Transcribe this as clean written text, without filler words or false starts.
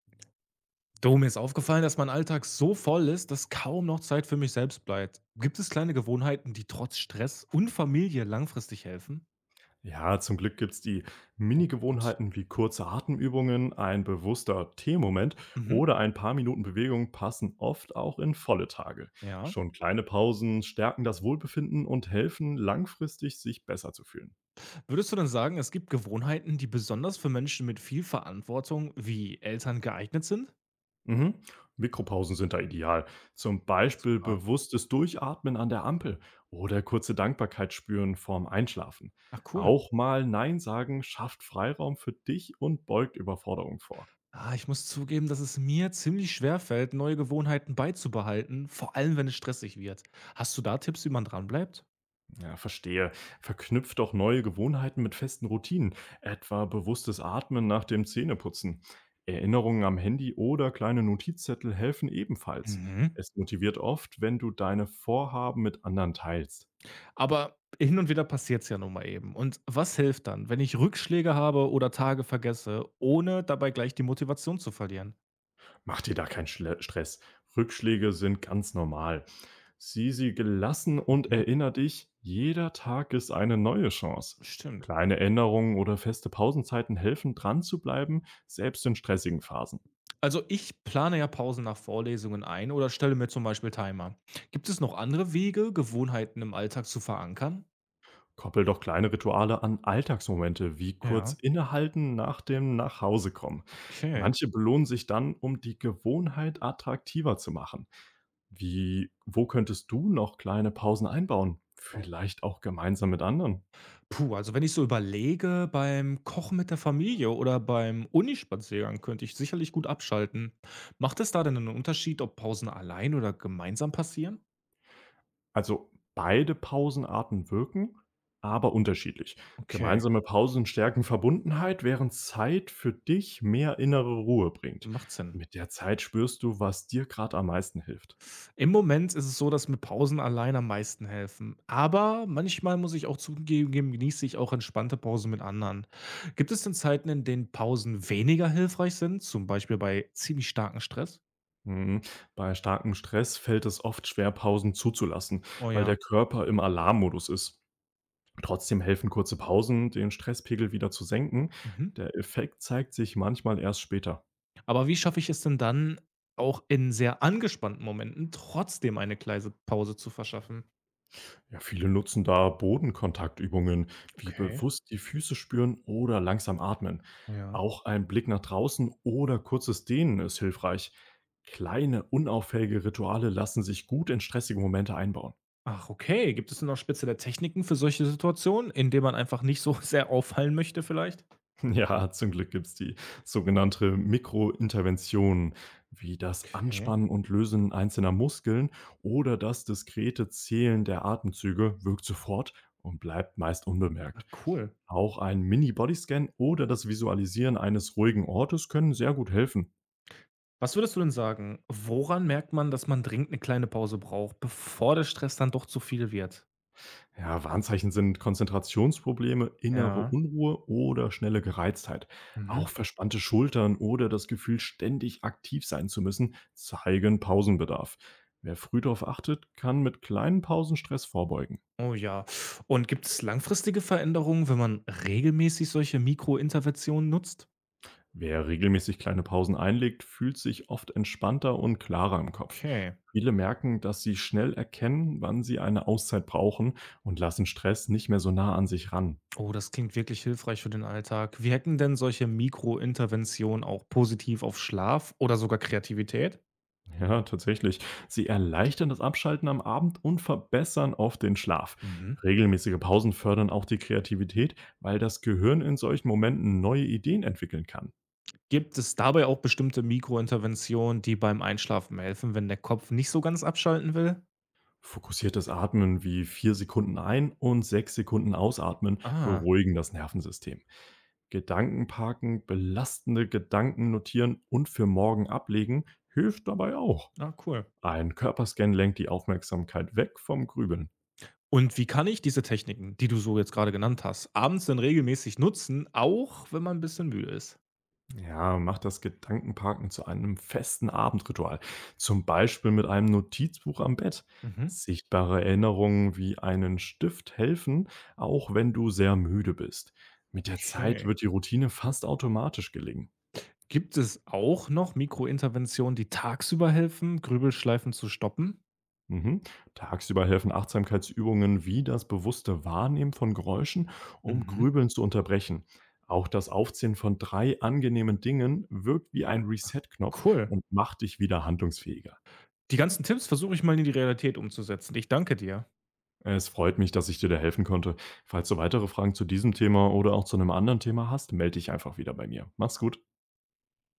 Du, mir ist aufgefallen, dass mein Alltag so voll ist, dass kaum noch Zeit für mich selbst bleibt. Gibt es kleine Gewohnheiten, die trotz Stress und Familie langfristig helfen? Ja, zum Glück gibt's die Oh, gut. Mini-Gewohnheiten wie kurze Atemübungen, ein bewusster Teemoment Mhm. oder ein paar Minuten Bewegung passen oft auch in volle Tage. Ja. Schon kleine Pausen stärken das Wohlbefinden und helfen langfristig, sich besser zu fühlen. Würdest du denn sagen, es gibt Gewohnheiten, die besonders für Menschen mit viel Verantwortung wie Eltern geeignet sind? Mhm. Mikropausen sind da ideal. Zum Beispiel Super. bewusstes Durchatmen an der Ampel oder kurze Dankbarkeit spüren vorm Einschlafen. Ach, cool. Auch mal Nein sagen schafft Freiraum für dich und beugt Überforderung vor. Ah, ich muss zugeben, dass es mir ziemlich schwer fällt, neue Gewohnheiten beizubehalten, vor allem wenn es stressig wird. Hast du da Tipps, wie man dranbleibt? Ja, verstehe. Verknüpft auch neue Gewohnheiten mit festen Routinen, etwa bewusstes Atmen nach dem Zähneputzen. Erinnerungen am Handy oder kleine Notizzettel helfen ebenfalls. Mhm. Es motiviert oft, wenn du deine Vorhaben mit anderen teilst. Aber hin und wieder passiert es ja nun mal eben. Und was hilft dann, wenn ich Rückschläge habe oder Tage vergesse, ohne dabei gleich die Motivation zu verlieren? Mach dir da keinen Schle Stress. Rückschläge sind ganz normal. Sieh sie gelassen und Mhm, erinnere dich, jeder Tag ist eine neue Chance. stimmt. Kleine Änderungen oder feste Pausenzeiten helfen, dran zu bleiben, selbst in stressigen Phasen. Also ich plane ja Pausen nach Vorlesungen ein oder stelle mir zum Beispiel Timer. Gibt es noch andere Wege, Gewohnheiten im Alltag zu verankern? Koppel doch kleine Rituale an Alltagsmomente, wie kurz Ja, innehalten nach dem Nachhausekommen. okay. Manche belohnen sich dann, um die Gewohnheit attraktiver zu machen. Wie, wo könntest du noch kleine Pausen einbauen? Vielleicht auch gemeinsam mit anderen. Puh, also wenn ich so überlege, beim Kochen mit der Familie oder beim Unispaziergang könnte ich sicherlich gut abschalten. Macht es da denn einen Unterschied, ob Pausen allein oder gemeinsam passieren? Also beide Pausenarten wirken, aber unterschiedlich. Okay. Gemeinsame Pausen stärken Verbundenheit, während Zeit für dich mehr innere Ruhe bringt. Macht Sinn. Mit der Zeit spürst du, was dir gerade am meisten hilft. Im Moment ist es so, dass mir Pausen allein am meisten helfen. Aber manchmal muss ich auch zugeben, genieße ich auch entspannte Pausen mit anderen. Gibt es denn Zeiten, in denen Pausen weniger hilfreich sind? Zum Beispiel bei ziemlich starkem Stress? Mhm. Bei starkem Stress fällt es oft schwer, Pausen zuzulassen, Oh weil ja. der Körper im Alarmmodus ist. Trotzdem helfen kurze Pausen, den Stresspegel wieder zu senken. Mhm. Der Effekt zeigt sich manchmal erst später. Aber wie schaffe ich es denn dann, auch in sehr angespannten Momenten trotzdem eine kleine Pause zu verschaffen? Ja, viele nutzen da Bodenkontaktübungen, wie Okay. bewusst die Füße spüren oder langsam atmen. Ja. Auch ein Blick nach draußen oder kurzes Dehnen ist hilfreich. Kleine, unauffällige Rituale lassen sich gut in stressige Momente einbauen. Ach, okay. Gibt es denn noch spezielle Techniken für solche Situationen, in denen man einfach nicht so sehr auffallen möchte, vielleicht? Ja, zum Glück gibt es die sogenannte Mikrointervention, wie das Okay. Anspannen und Lösen einzelner Muskeln oder das diskrete Zählen der Atemzüge wirkt sofort und bleibt meist Ah, unbemerkt. cool. Auch ein Mini-Bodyscan oder das Visualisieren eines ruhigen Ortes können sehr gut helfen. Was würdest du denn sagen, woran merkt man, dass man dringend eine kleine Pause braucht, bevor der Stress dann doch zu viel wird? Ja, Warnzeichen sind Konzentrationsprobleme, innere Ja. Unruhe oder schnelle Gereiztheit. Auch Mhm. verspannte Schultern oder das Gefühl, ständig aktiv sein zu müssen, zeigen Pausenbedarf. Wer früh darauf achtet, kann mit kleinen Pausen Stress vorbeugen. Oh ja. Und gibt es langfristige Veränderungen, wenn man regelmäßig solche Mikrointerventionen nutzt? Wer regelmäßig kleine Pausen einlegt, fühlt sich oft entspannter und klarer im Kopf. Okay. Viele merken, dass sie schnell erkennen, wann sie eine Auszeit brauchen und lassen Stress nicht mehr so nah an sich ran. Oh, das klingt wirklich hilfreich für den Alltag. Wirken denn solche Mikrointerventionen auch positiv auf Schlaf oder sogar Kreativität? Ja, tatsächlich. Sie erleichtern das Abschalten am Abend und verbessern oft den Schlaf. Mhm. Regelmäßige Pausen fördern auch die Kreativität, weil das Gehirn in solchen Momenten neue Ideen entwickeln kann. Gibt es dabei auch bestimmte Mikrointerventionen, die beim Einschlafen helfen, wenn der Kopf nicht so ganz abschalten will? Fokussiertes Atmen wie 4 Sekunden ein- und 6 Sekunden ausatmen Ah, beruhigen das Nervensystem. Gedanken parken, belastende Gedanken notieren und für morgen ablegen hilft dabei auch. ah, cool. Ein Körperscan lenkt die Aufmerksamkeit weg vom Grübeln. Und wie kann ich diese Techniken, die du so jetzt gerade genannt hast, abends dann regelmäßig nutzen, auch wenn man ein bisschen müde ist? Ja, mach das Gedankenparken zu einem festen Abendritual, zum Beispiel mit einem Notizbuch am Bett. Mhm. Sichtbare Erinnerungen wie einen Stift helfen, auch wenn du sehr müde bist. Mit der Zeit Okay. wird die Routine fast automatisch gelingen. Gibt es auch noch Mikrointerventionen, die tagsüber helfen, Grübelschleifen zu stoppen? Mhm. Tagsüber helfen Achtsamkeitsübungen wie das bewusste Wahrnehmen von Geräuschen, um Mhm, Grübeln zu unterbrechen. Auch das Aufzählen von drei angenehmen Dingen wirkt wie ein Reset-Knopf cool. und macht dich wieder handlungsfähiger. Die ganzen Tipps versuche ich mal in die Realität umzusetzen. Ich danke dir. Es freut mich, dass ich dir da helfen konnte. Falls du weitere Fragen zu diesem Thema oder auch zu einem anderen Thema hast, melde dich einfach wieder bei mir. Mach's gut.